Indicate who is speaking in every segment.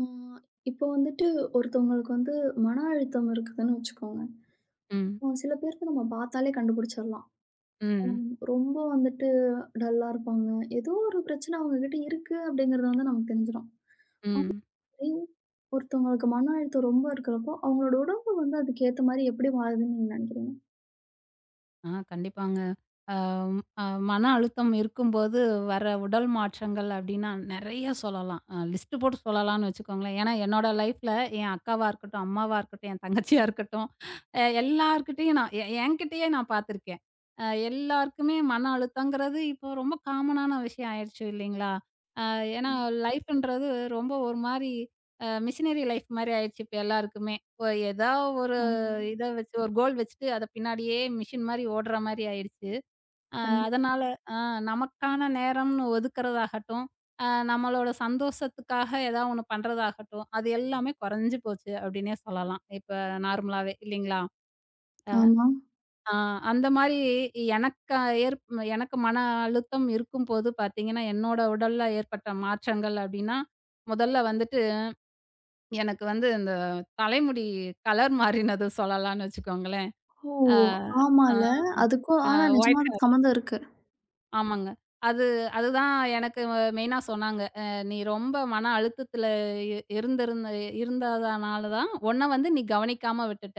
Speaker 1: ஆ, இப்போ வந்துட்டு ஒருத்தவங்களுக்கு வந்து மன அழுத்தம் இருக்குதுன்னு வச்சுக்கோங்க.
Speaker 2: ம்.
Speaker 1: சில பேருக்கு நம்ம பார்த்தாலே கண்டுபிடிச்சிடலாம்.
Speaker 2: ம்.
Speaker 1: ரொம்ப வந்துட்டு டல்லா இருப்பாங்க. ஏதோ ஒரு பிரச்சனை அவங்ககிட்ட இருக்கு அப்படிங்கிறது வந்து நமக்கு தெரிஞ்சிரும்.
Speaker 2: ம்.
Speaker 1: இதே ஒருத்தவங்களுக்கு மன அழுத்தம் ரொம்ப இருக்கிறப்போ, அவங்களோட உடம்பு வந்து அதுக்கு ஏத்த மாரி எப்படி மாறுதுன்னு நீங்க நினைக்கிறீங்க?
Speaker 2: ஆ கண்டிப்பாங்க. அ அ மன அழுத்தம் இருக்கும்போது வர உடல் மாற்றங்கள் அப்டின்னா நெறைய சொல்லலாம். லிஸ்ட் போட்டு சொல்லலாம்னு வச்சுக்கோங்களேன். ஏன்னா என்னோட லைஃப்ல என் அக்காவா இருக்கட்டும், அம்மாவா இருக்கட்டும், என் தங்கச்சியா இருக்கட்டும், எல்லார்கிட்டயும் நான் எ என்கிட்டயே நான் பார்த்துருக்கேன். எல்லாருக்குமே மன அழுத்தங்கிறது இப்போ ரொம்ப காமனான விஷயம் ஆயிடுச்சு இல்லைங்களா? ஏன்னா லைஃப்ன்றது ரொம்ப ஒரு மாரி மிஷினரி லைஃப் மாரி ஆயிடுச்சு இப்ப எல்லாருக்குமே. ஒ ஏதா ஒரு
Speaker 1: ஆமா.
Speaker 2: இத வச்சு ஒரு கோல் வச்சுட்டு அத பின்னாடியே மிஷின் மாரி ஓடுற மாரி ஆயிடுச்சு. அ
Speaker 1: கண்டி
Speaker 2: அதனால அ நமக்கான நேரம்னு ஒதுக்குறதாகட்டும், நம்மளோட சந்தோஷத்துக்காக ஏதா ஒண்ணு பண்றதாகட்டும், அது எல்லாமே குறைஞ்சு போச்சு அப்படின்னே சொல்லலாம். இப்ப நார்மலாவே இல்லைங்களா?
Speaker 1: ஆமா.
Speaker 2: ஆ அந்த மாரி எனக்கா ஏற் எனக்கு மன அழுத்தம் இருக்கும்போது பார்த்தீங்கன்னா, என்னோட உடல்ல ஏற்பட்ட மாற்றங்கள் அப்டின்னா, முதல்ல வந்துட்டு எனக்கு வந்து இந்த தலைமுடி கலர் மாறினது சொல்லலாம்னு வச்சுக்கோங்களேன்.
Speaker 1: ஓ!
Speaker 2: ஆ
Speaker 1: ஆமால்ல. அதுக்கும்
Speaker 2: ஆ
Speaker 1: ஆனா நிஜமா
Speaker 2: ஒயிட்
Speaker 1: அதுக்கு
Speaker 2: கலர்.
Speaker 1: சம்மந்தம் இருக்கு.
Speaker 2: ஆமாங்க. அது அதுதான் எனக்கு மெயினா சொன்னாங்க. "நீ ரொம்ப மன அழுத்தத்துல இ இருந்திருந்த இருந்ததனால தான் உன்ன வந்து நீ கவனிக்காம விட்டுட்ட."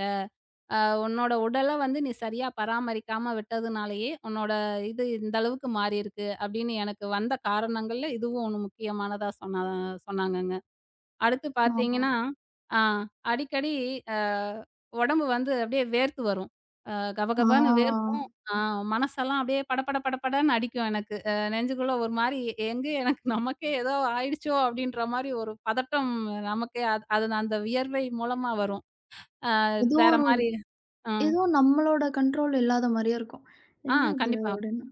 Speaker 2: அ உன்னோட உடல வந்து நீ சரியா பராமரிக்காம விட்டதுனாலேயே, உன்னோட இது இந்த அளவுக்கு மாறியிருக்கு. அப்படின்னு எனக்கு வந்த காரணங்கள்ல இதுவும் ஒண்ணு முக்கியமானதா சொன்னாங்கங்க. அடுத்து
Speaker 1: ஆமா.
Speaker 2: பார்த்தீங்கன்னா, ஆ அடிக்கடி அ உடம்பு வந்து அப்படியே வேர்த்து வரும். அ கபகபான்னு
Speaker 1: ஆ.
Speaker 2: வேர்க்கும். ஆ மனசெல்லாம் அப்படியே படபட படபடன்னு அடிக்கும் எனக்கு. நெஞ்சுக்குள்ள ஒரு மாரி எங்க எனக்கு நமக்கே ஏதோ ஆயிடுச்சோ அப்படின்ற மாரி ஒரு பதட்டம் நமக்கே அது அது அந்த வியர்வை மூலமா வரும்.
Speaker 1: ஏதோ
Speaker 2: வேற
Speaker 1: ஒரு
Speaker 2: மாரி அ.
Speaker 1: ஏதோ நம்மளோட கண்ட்ரோல் இல்லாத மாரியே இருக்கும்.
Speaker 2: ஆ.
Speaker 1: "என்னது?"
Speaker 2: கண்டிப்பா.
Speaker 1: அப்படின்னு.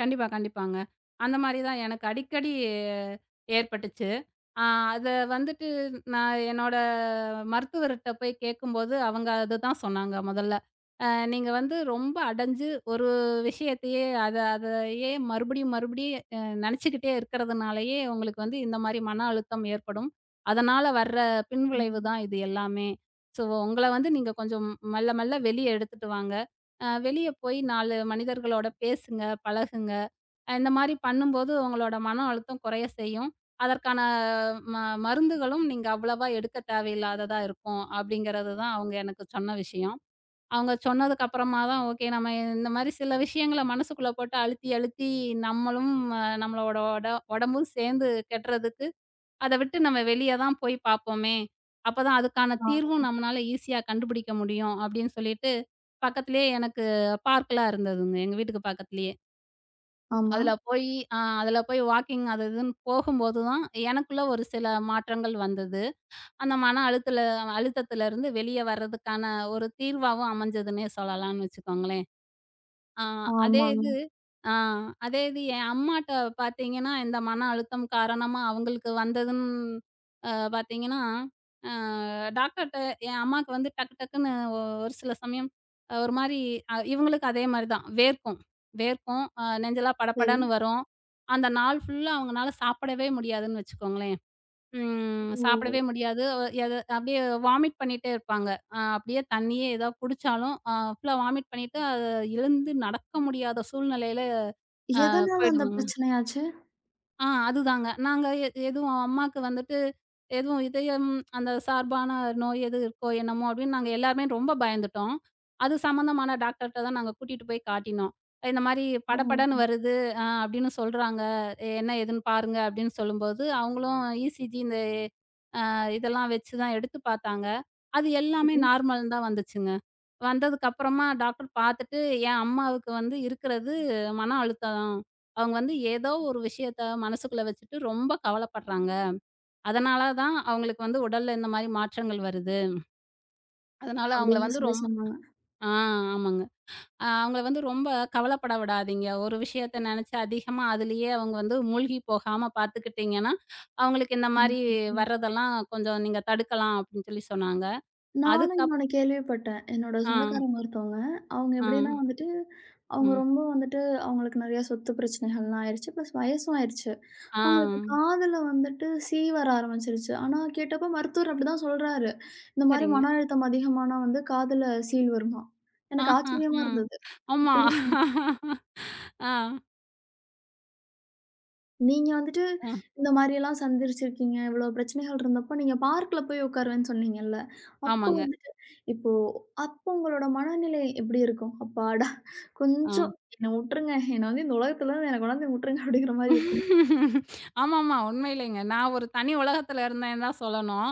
Speaker 2: கண்டிப்பா, கண்டிப்பாங்க. அந்த மாரி தான் எனக்கு அடிக்கடி ஏற்பட்டுச்சு. ஆ அத வந்துட்டு நான் என்னோட மருத்துவர்ட்ட போய் கேட்கும்போது, அவங்க அதுதான் சொன்னாங்க முதல்ல. "அ நீங்க வந்து ரொம்ப அடைஞ்சு ஒரு விஷயத்தையே அதையே மறுபடியும் மறுபடியும் நினைச்சுக்கிட்டே இருக்கிறதுனாலயே உங்களுக்கு வந்து இந்த மாரி மன அழுத்தம் ஏற்படும். அதனால வர்ற பின்விளைவு தான் இது எல்லாமே. ஸோ உங்கள வந்து நீங்க கொஞ்சம் மெல்ல மெல்ல வெளிய எடுத்துட்டு வாங்க. வெளிய போய் 4 மனிதர்களோட பேசுங்க, பழகுங்க. இந்த மாரி பண்ணும்போது உங்களோட மன அழுத்தம் குறைய செய்யும். அதற்கான ம மருந்துகளும் நீங்க அவ்வளவா எடுக்க தேவையில்லாததா இருக்கும். அப்படிங்கிறது தான் அவங்க எனக்கு சொன்ன விஷயம். அவங்க சொன்னதுக்கு அப்புறமா தான் ஓகே, நம்ம இந்த மாரி சில விஷயங்கள மனசுக்குள்ள போட்டு அழுத்தி அழுத்தி நம்மளும் அ நம்மளோட உட உடம்பும் சேர்ந்து கெட்டுறதுக்கு, அத விட்டு நம்ம வெளிய தான் போய் பார்ப்போமே! அப்பதான் அதுக்கான
Speaker 1: ஆ,
Speaker 2: தீர்வும் நம்மனால ஈஸியா கண்டுபிடிக்க முடியும் அப்படின்னு சொல்லிட்டு, பக்கத்திலேயே எனக்கு பார்க்லாம் இருந்ததுங்க. எங்க வீட்டுக்கு பக்கத்திலேயே.
Speaker 1: ஆமா,
Speaker 2: அதுல போயி அ அதுல போய் வாக்கிங் அது இதுன்னு போகும்போது தான், எனக்குள்ள ஒரு சில மாற்றங்கள் வந்தது. அந்த மன அழுத்தல அழுத்தத்திலருந்து வெளிய வர்றதுக்கான ஒரு தீர்வாவும் அமைஞ்சதுன்னே சொல்லலாம்னு வச்சுக்கோங்களேன். ஆ அதே
Speaker 1: ஆமாங்க.
Speaker 2: இது ஆ அதே இது என் அம்மாட்ட பார்த்தீங்கன்னா, இந்த மன அழுத்தம் காரணமா அவங்களுக்கு வந்ததுன்னு அ பார்த்தீங்கன்னா, அ டாக்டர்ட்ட என் அம்மாவுக்கு வந்து டக்கு டக்குன்னு ஒரு சில சமயம் ஆ, ஒரு மாரி இவங்களுக்கு அதே மாரி தான் வேர்க்கும். வேர்க்கும். நெஞ்செல்லாம் படபடன்னு
Speaker 1: சரி.
Speaker 2: வரும். அந்த நாள் ஃபுல்லா அவங்கனால சாப்பிடவே முடியாதுன்னு வச்சுக்கோங்களேன். ம்.
Speaker 1: ஓ!
Speaker 2: சாப்பிடவே முடியாது. அ எத அப்படியே வாமிட் பண்ணிட்டே இருப்பாங்க. அப்படியே தண்ணியே ஏதா குடிச்சாலும், ஃபுல்லா வாமிட் பண்ணிட்டு அத எழுந்து நடக்க முடியாத சூழ்நிலையில
Speaker 1: எதனால அந்த
Speaker 2: போயிடுவாங்க.
Speaker 1: பிரச்சனையாச்சு?
Speaker 2: அதுதாங்க. நாங்க எ எதுவும் அம்மாக்கு வந்துட்டு எதுவும் இதயம் அந்த சார்பான நோய் எதுவும் இருக்கோ என்னமோ அப்படின்னு நாங்க எல்லாருமே ரொம்ப பயந்துட்டோம். அது சம்மந்தமான டாக்டர்ட்ட தான் நாங்க கூட்டிட்டு போய் காட்டினோம். இந்த மாரி படபடன்னு
Speaker 1: ஓ!
Speaker 2: வருது அப்படின்னு சொல்றாங்க. என்ன ஏதுன்னு பாருங்க அப்படின்னு சொல்லும்போது, அவங்களும் இசிஜி இதெல்லாம் வச்சு தான் எடுத்து பார்த்தாங்க. அது எல்லாமே
Speaker 1: சரி.
Speaker 2: நார்மல் தான் வந்துச்சுங்க. வந்ததுக்கப்புறமா டாக்டர் பார்த்துட்டு, என் அம்மாவுக்கு வந்து இருக்கிறது மன அழுத்தம். அவங்க வந்து ஏதோ ஒரு விஷயத்த மனசுக்குள்ள வச்சுட்டு ரொம்ப கவலைப்படுறாங்க. அதனால தான் அவங்களுக்கு வந்து உடல்ல இந்த மாரி மாற்றங்கள் வருது. அதனால அவங்கள
Speaker 1: அப்படின்னு
Speaker 2: வந்து
Speaker 1: சொல்லி
Speaker 2: ரொம்
Speaker 1: சொன்னாங்க.
Speaker 2: ஆ ஆமாங்க. அவங்கள வந்து ரொம்ப கவலைப்பட விடாதீங்க. ஒரு விஷயத்த நினைச்சு அதிகமா அதிலேயே அவங்க வந்து மூழ்கி போகாம பார்த்துக்கிட்டீங்கன்னா, அவங்களுக்கு இந்த
Speaker 1: ம்,
Speaker 2: மாரி
Speaker 1: ம்.
Speaker 2: வர்றதெல்லாம் கொஞ்சம் நீங்க தடுக்கலாம் அப்படின்னு சொல்லி சொன்னாங்க.
Speaker 1: நானும்
Speaker 2: அதுக்கப்
Speaker 1: இன்னொன்னு கேள்விப்பட்டேன். என்னோட
Speaker 2: ஆ,
Speaker 1: சொந்தக்காரங்க ஒருத்தவங்க, அவங்க
Speaker 2: ஆ,
Speaker 1: எப்படின்னா வந்துட்டு, அவங்க
Speaker 2: ம்.
Speaker 1: ரொம்ப வந்துட்டு அவங்களுக்கு நெறைய சொத்து பிரச்சனைகள்லாம் ஆயிருச்சு. ப்ளஸ் வயசும் ஆயிருச்சு.
Speaker 2: ஆ,
Speaker 1: அவங்களுக்கு காதுல வந்துட்டு சீ வர ஆரம்பிச்சிருச்சு. ஆனா கேட்டப்ப மருத்துவர் அப்படிதான் சொல்றாரு. இந்த மாரி
Speaker 2: சரிங்க.
Speaker 1: மன அழுத்தம் அதிகமானா வந்து காதுல சீழ் வருமாம். எனக்கு
Speaker 2: ஆஹஹ.
Speaker 1: ஆச்சரியமா இருந்தது.
Speaker 2: ஆமா.
Speaker 1: இப்படிலாம்
Speaker 2: ஆ,
Speaker 1: நீங்க வந்துட்டு
Speaker 2: ஆ.
Speaker 1: இந்த மாரியெல்லாம் சந்திச்சிருக்கீங்க. இவ்வளோ பிரச்சனைகள் இருந்தப்போ நீங்க பார்க்ல போய் உட்காருவேன்னு சொன்னீங்கல்ல. அப்போ
Speaker 2: ஆமாங்க.
Speaker 1: வந்துட்டு இப்போ அப்போ உங்களோட மனநிலை எப்படி இருக்கும்? அப்பாடா!
Speaker 2: ஆ.
Speaker 1: கொஞ்சம் என்ன உட்டுருங்க. என்ன வந்து இந்த உலகத்துல இருந்து என்ன கொண்டாந்து விட்டுருங்க அப்படிங்கிற மாரி இருக்கும்.
Speaker 2: ஆமாமா. உண்மையிலேங்க. நான் ஒரு தனி உலகத்துல இருந்தேன்னு தான் சொல்லணும்.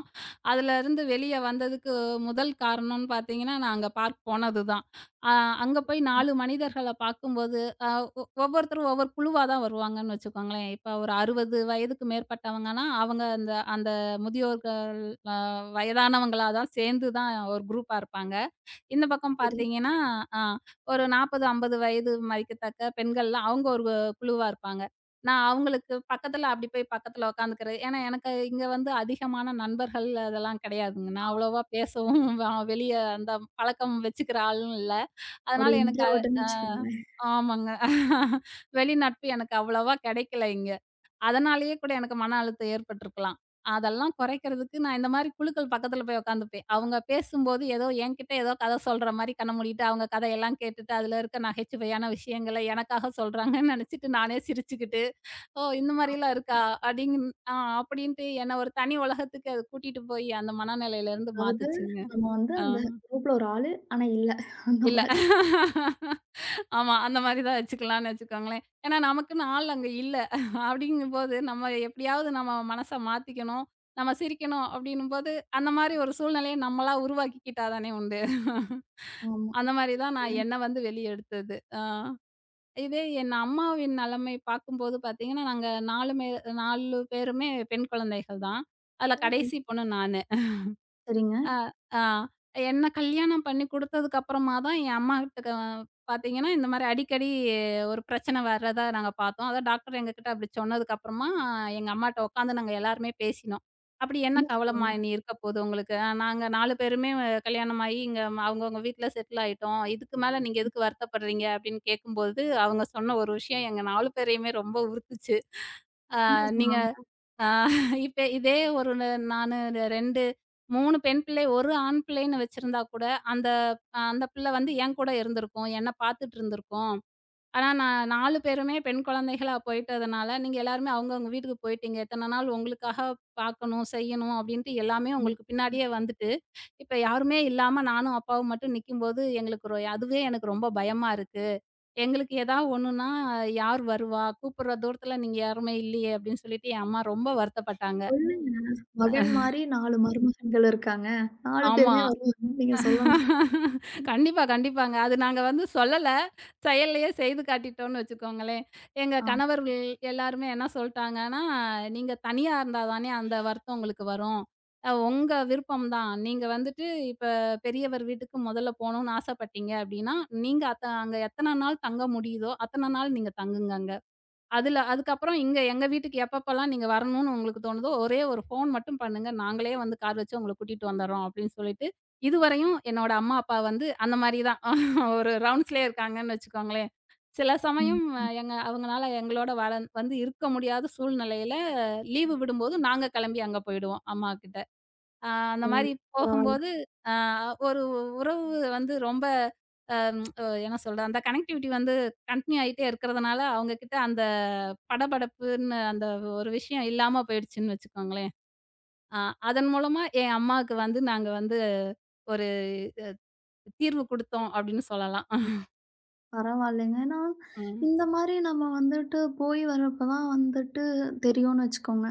Speaker 2: அதுலருந்து வெளிய வந்ததுக்கு முதல் காரணம்னு பார்த்தீங்கன்னா, நான் அங்க பார்க் போனதுதான். அ அங்க போய் 4 மனிதர்கள பார்க்கும்போது, அ ஒ ஒவ்வொருத்தரும் ஒவ்வொரு குழுவா தான் வருவாங்கன்னு வச்சுக்கோங்களேன். இப்ப ஒரு 60 வயதுக்கு மேற்பட்டவங்கன்னா, அவங்க அந்த அந்த முதியோர்கள், அ வயதானவங்களா தான் சேர்ந்து தான் ஒரு குரூப்பா இருப்பாங்க. இந்த பக்கம்
Speaker 1: சரி.
Speaker 2: பார்த்தீங்கன்னா, அ ஒரு 40, 50 வயது மதிக்கத்தக்க பெண்கள்லாம் அவங்க ஒரு குழுவா இருப்பாங்க. நான் அவங்களுக்கு பக்கத்துல அப்படி போய் பக்கத்துல உட்காந்துக்கிறது. ஏன்னா எனக்கு இங்க வந்து அதிகமான நண்பர்கள் அதெல்லாம் கிடையாதுங்க. நான் அவ்வளவா பேசவும் வ வெளிய அந்த பழக்கம் வச்சுக்கிற ஆளும் இல்ல.
Speaker 1: ஒரு
Speaker 2: அதனால எனக்கு
Speaker 1: இன்ட்ரோவர்ட்ன்னு வச்சுக்கோங்க.
Speaker 2: ஆமாங்க. வெளி நட்பு எனக்கு அவ்வளவா கிடைக்கல இங்க. அதனாலேயே கூட எனக்கு மன அழுத்தம் ஏற்பட்டுருக்கலாம். அதெல்லாம் குறைக்கிறதுக்கு நான் இந்த மாரி குழுக்கள் பக்கத்துல போய் உட்காந்துப்பேன். அவங்க பேசும்போது ஏதோ என்கிட்ட ஏதோ கதை சொல்ற மாரி கண்ண மூடிட்டு, அவங்க கதையெல்லாம் கேட்டுட்டு அதில இருக்க நகைச்சுவையான விஷயங்கள எனக்காக சொல்றாங்கன்னு நெனச்சுட்டு நானே சிரிச்சுக்கிட்டு, "ஓ! இந்த மாரிலாம் இருக்கா?" அப்படிங்கு ஆ அப்படின்ட்டு என்ன ஒரு தனி உலகத்துக்கு அது கூட்டிட்டு போய் அந்த மனநிலையிலேருந்து
Speaker 1: அதாவது
Speaker 2: மாத்துச்சுங்க.
Speaker 1: நம்ம வந்து
Speaker 2: ஆ.
Speaker 1: அந்த குரூப்ல ஒரு ஆளு. ஆனா இல்ல. அந்த
Speaker 2: இல்ல.
Speaker 1: மாரி.
Speaker 2: ஆமா. அந்த மாரி தான் வச்சுக்கலான்னு வச்சுக்கோங்களேன். ஏன்னா நமக்குன்னு ஆள் அங்க இல்ல. அப்படிங்கும்போது நம்ம எப்படியாவது நம்ம மனச மாத்திக்கணும். நம்ம சிரிக்கணும் அப்படின்னும்போது, அந்த மாரி ஒரு சூழ்நிலைய நம்மளா உருவாக்கிக்கிட்டா தானே உண்டு.
Speaker 1: ஆமா.
Speaker 2: அந்த மாரி தான் நான் என்ன வந்து வெளிய எடுத்தது. இதே என் அம்மாவின் நிலைமை பார்க்கும்போது பார்த்தீங்கன்னா, நாங்க 4 மே 4 பேருமே பெண் குழந்தைகள் தான். அதுல
Speaker 1: ஓ!
Speaker 2: கடைசி பொண்ணு நானு.
Speaker 1: சரிங்க.
Speaker 2: அ, ஆ. என்ன கல்யாணம் பண்ணி குடுத்ததுக்கு அப்புறமா தான் என் அம்மாகிட்ட பாத்தீங்கன்னா, இந்த மாரி அடிக்கடி ஒரு பிரச்சனை வர்றதா நாங்க பாத்தோம். அதான் டாக்டர் எங்ககிட்ட அப்படி சொன்னதுக்கு அப்புறமா, எங்க அம்மாட்ட உக்காந்து நாங்க எல்லாருமே பேசினோம். "அப்படி என்ன
Speaker 1: என்ன
Speaker 2: கவலைமா
Speaker 1: சொல்லுவாங்க?
Speaker 2: இனி இருக்க போகுது உங்களுக்கு? நாங்க 4 பேருமே கல்யாணமாயி இங்க அவங்கவங்க வீட்ல செட்டில் ஆயிட்டோம். இதுக்கு மேல நீங்க எதுக்கு வருத்தப்படுறீங்க?" அப்படின்னு கேட்கும்போது, அவங்க சொன்ன ஒரு விஷயம் எங்க 4 பேரையுமே ரொம்ப உறுத்துச்சு. "அ
Speaker 1: என்ன
Speaker 2: நீங்க"
Speaker 1: சொன்னாங்க?
Speaker 2: ஆ இப்ப இதே ஒரு ந நானு 2, 3 பெண் பிள்ளை, 1 ஆண் பிள்ளைன்னு வச்சிருந்தா கூட, அந்த அந்த பிள்ளை வந்து என்கூட இருந்திருக்கும். என்ன பார்த்துட்டு இருந்திருக்கும். ஆனா நான் 4 பேருமே பெண் குழந்தைகளா போயிட்டதுனால, நீங்க எல்லாருமே அவங்கவங்க வீட்டுக்கு போயிட்டீங்க. இத்தன நாள் உங்களுக்காக பார்க்கணும், செய்யணும் அப்படின்ட்டு எல்லாமே
Speaker 1: ம்.
Speaker 2: உங்களுக்கு
Speaker 1: ம்.
Speaker 2: பின்னாடியே வந்துட்டு, இப்ப யாருமே இல்லாம நானும் அப்பாவும் மட்டும் நிக்கும்போது, எங்களுக்கு ரொ அதுவே எனக்கு ரொம்ப பயமா இருக்கு. எங்களுக்கு ஏதாவது ஒண்ணுன்னா யார் வருவா? கூப்பிடுற தூரத்துல நீங்க யாருமே இல்லையே அப்படின்னு சொல்லிட்டு என் அம்மா ரொம்ப வருத்தப்பட்டாங்க.
Speaker 1: சொல்லுங்க. மகன் மாரி 4 மருமகன்கள் இருக்காங்க. 4
Speaker 2: ஆமா.
Speaker 1: பேருமே வருவாங்கன்னு நீங்க சொல்லணும்.
Speaker 2: கண்டிப்பா, கண்டிப்பாங்க. அது நாங்க வந்து சொல்லல. செயல்லயே செய்து காட்டிட்டோம்னு வச்சுக்கோங்களேன். எங்க
Speaker 1: ஆ.
Speaker 2: கணவர்கள் எல்லாருமே என்ன சொல்ட்டாங்கன்னா, "நீங்க தனியா இருந்தா தானே அந்த வருத்தம் உங்களுக்கு வரும். உங்க விருப்பம் தான். நீங்க வந்துட்டு இப்ப பெரியவர் வீட்டுக்கு முதல்ல போணும்னு ஆசைப்பட்டீங்க அப்படின்னா, நீங்க அங்க எத்தன நாள் தங்க முடியுதோ, அத்தன நாள் நீங்க தங்குங்க அங்க." அதுல அதுக்கப்புறம் இங்க எங்க வீட்டுக்கு எப்பப்பலாம் நீங்க வரணும்னு உங்களுக்கு தோணுதோ, ஒரே ஒரு ஃபோன் மட்டும் பண்ணுங்க. நாங்களே வந்து கார் வச்சு உங்கள கூட்டிட்டு வந்துர்றோம் அப்படின்னு சொல்லிட்டு, இதுவரையும் என்னோட அம்மா, அப்பா வந்து அந்த மாரி தான் ஒரு ரவுண்ட்ஸ்லயே இருக்காங்கன்னு வச்சுக்கோங்களேன். சில
Speaker 1: ம்.
Speaker 2: சமயம் எங்க அவங்கனால எங்களோட வர வந்து இருக்க முடியாத சூழ்நிலையில லீவு விடும்போது நாங்க கிளம்பி அங்க போயிடுவோம் அம்மாகிட்ட. ஆ அந்த மாரி
Speaker 1: ம். பரவால்ல.
Speaker 2: போகும்போது, ஆ ஒரு உறவு வந்து ரொம்ப அம் என்ன சொல்றது, அந்த கனெக்டிவிட்டி வந்து கன்டின்யூ ஆயிட்டே இருக்கிறதுனால, அவங்க கிட்ட அந்த படபடப்புன்னு அந்த ஒரு விஷயம் இல்லாம போயிடுச்சுன்னு வச்சுக்கோங்களேன். ஆ அதன் மூலமா என் அம்மாவுக்கு வந்து நாங்க வந்து ஒரு அ தீர்வு குடுத்தோம் அப்படின்னு சொல்லலாம்.
Speaker 1: பரவாயில்லங்க. ஏன்னா,
Speaker 2: ம்.
Speaker 1: இந்த மாரி நம்ம வந்துட்டு போய் வர்றப்ப தான் வந்துட்டு தெரியும்னு வச்சுக்கோங்க.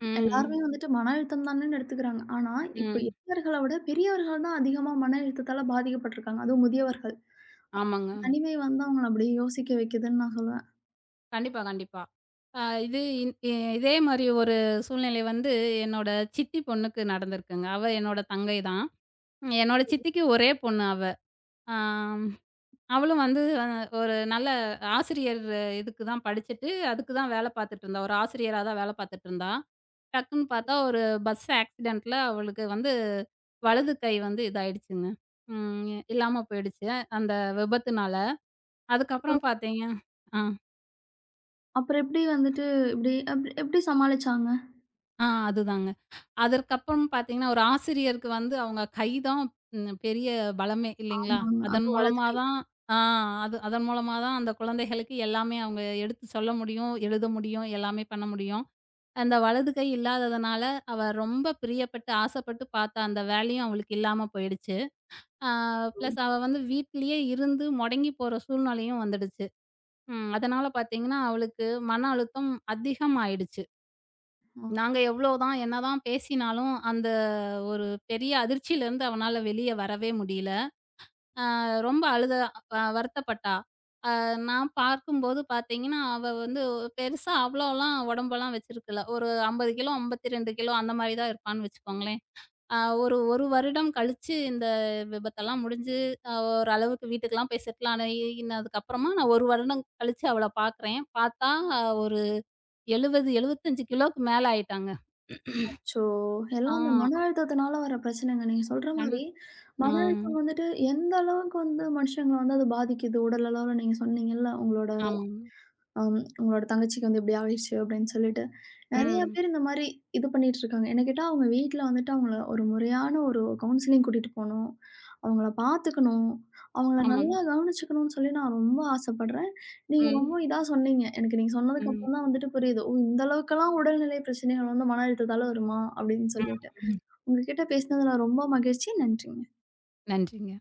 Speaker 2: ம்.
Speaker 1: எல்லாருமே வந்துட்டு மன அழுத்தம் தானேன்னு எடுத்துக்கிறாங்க. ஆனா, இப்ப
Speaker 2: ம்.
Speaker 1: இளைஞர்கள விட பெரியவர்கள் தான் அதிகமா மன அழுத்தத்தால பாதிக்கப்பட்டுருக்காங்க. அதுவும் முதியவர்கள்.
Speaker 2: ஆமாங்க.
Speaker 1: தனிமை வந்து அவங்கள அப்படியே யோசிக்க வைக்குதுன்னு நான் சொல்லுவேன்.
Speaker 2: கண்டிப்பா, கண்டிப்பா. ஆ இது இன் இ இதே மாரி ஒரு சூழ்நிலை வந்து என்னோட சித்தி பொண்ணுக்கு நடந்திருக்குங்க. அவ என்னோட தங்கை தான். என்னோட சித்திக்கு ஒரே பொண்ணு அவ. ஆம், அவளும் வந்து ஒரு நல்ல ஆசிரியர் இதுக்கு தான் படிச்சுட்டு, அதுக்கு தான் வேலை பார்த்துட்டு இருந்தா. ஒரு ஆசிரியரா தான் வேலை பார்த்துட்டு இருந்தா. டக்குன்னு பார்த்தா ஒரு பஸ் ஆக்சிடென்ட்ல அவளுக்கு வந்து வலது கை வந்து இதாயிடுச்சுங்க. ம் இல்லாம போயிடுச்சு. அந்த விபத்துனால. அதுக்கப்புறம்
Speaker 1: அப்புறம்
Speaker 2: பார்த்தீங்க ஆ,
Speaker 1: அப்புறம் எப்படி வந்துட்டு இப்படி எப்படி சமாளிச்சாங்க?
Speaker 2: ஆ அதுதாங்க. அதற்கப்புறம் பார்த்தீங்கன்னா, ஒரு ஆசிரியருக்கு வந்து அவங்க கை தான் ம் பெரிய பலமே இல்லைங்களா?
Speaker 1: ஆமாங்க.
Speaker 2: அதன்
Speaker 1: அதுவும் வலது
Speaker 2: மூலமா
Speaker 1: கை.
Speaker 2: தான் ஆ அதன் மூலமா தான் அந்த குழந்தைகளுக்கு எல்லாமே அவங்க எடுத்து சொல்ல முடியும், எழுத முடியும், எல்லாமே பண்ண முடியும். அந்த வலது கை இல்லாததுனால, அவ ரொம்ப பிரியப்பட்டு, ஆசைப்பட்டு பார்த்த அந்த வேலையும் அவளுக்கு இல்லாம போயிடுச்சு. ஆ பிளஸ் அவ வந்து வீட்டிலேயே இருந்து முடங்கி போற சூழ்நிலையும் வந்துடுச்சு. ம் அதனால பார்த்தீங்கன்னா, அவளுக்கு மன அழுத்தம் அதிகமாயிடுச்சு. நாங்க எவ்வளோதான் என்னதான் பேசினாலும், அந்த ஒரு பெரிய அதிர்ச்சியிலருந்து அவனால வெளிய வரவே முடியல. அ ரொம்ப அழுதா, வருத்தப்பட்டா. நான் பார்க்கும்போது பார்த்தீங்கன்னா, அவ வந்து பெருசா அவ்வளோலாம் உடம்பெல்லாம் வச்சிருக்கல. ஒரு 50 கிலோ, 52 கிலோ அந்த மாரி தான் இருப்பான்னு வச்சுக்கோங்களேன். அ ஒரு 1 வருடம் கழிச்சு இந்த விபத்தெல்லாம் முடிஞ்சு, ஓரளவுக்கு வீட்டுக்கெல்லாம் போய் செட்டில் ஆனதுக்கப்புறமா நான் 1 வருடம் கழிச்சு அவள பார்க்குறேன். பார்த்தா ஒரு 70, 75 கிலோக்கு மேல ஆயிட்டாங்க.
Speaker 1: அச்சோ!
Speaker 2: ஆ.
Speaker 1: எல்லாம் இந்த மன அழுத்தத்தினால வர பிரச்சனைங்க. நீங்க சொல்ற
Speaker 2: கண்
Speaker 1: மாரி
Speaker 2: ஆ.
Speaker 1: மன அழுத்தம் வந்துட்டு எந்த அளவுக்கு வந்து மனுஷங்கள வந்து அது பாதிக்குது உடல் அளவுல நீங்க சொன்னீங்கல்ல உங்களோட
Speaker 2: ஆமாங்க.
Speaker 1: அம் "உங்களோட தங்கச்சிக்கு வந்து இப்படி ஆயிடுச்சு" அப்படின்னு சொல்லிட்டு, நெறைய
Speaker 2: ம்.
Speaker 1: பேர் இந்த மாரி இது பண்ணிட்டு இருக்காங்க. என்ன கேட்டா, அவங்க வீட்ல வந்துட்டு அவங்கள ஒரு முறையான ஒரு கவுன்சிலிங் கூட்டிட்டு போணும். அவங்கள பார்த்துக்கணும். அவங்கள
Speaker 2: ஆமாங்க.
Speaker 1: நல்லா கவனிச்சுக்கணும்னு சொல்லி நான் ரொம்ப ஆசைப்படுறேன். நீங்க ரொம்ப
Speaker 2: ம்.
Speaker 1: இதா சொன்னீங்க. எனக்கு நீங்க சொன்னதுக்கு
Speaker 2: ம்.
Speaker 1: அப்புறம் தான் வந்துட்டு புரியுது. "ஓ! இந்த அளவுக்கெல்லாம் உடல்நிலை பிரச்சனைகள் வந்து மன அழுத்தத்தால வருமா?" அப்படின்னு
Speaker 2: ம்.
Speaker 1: சொல்லிட்டு.
Speaker 2: ம்.
Speaker 1: உங்க கிட்ட பேசினதுல ரொம்ப மகிழ்ச்சி. நன்றிங்க.
Speaker 2: நன்றிங்க.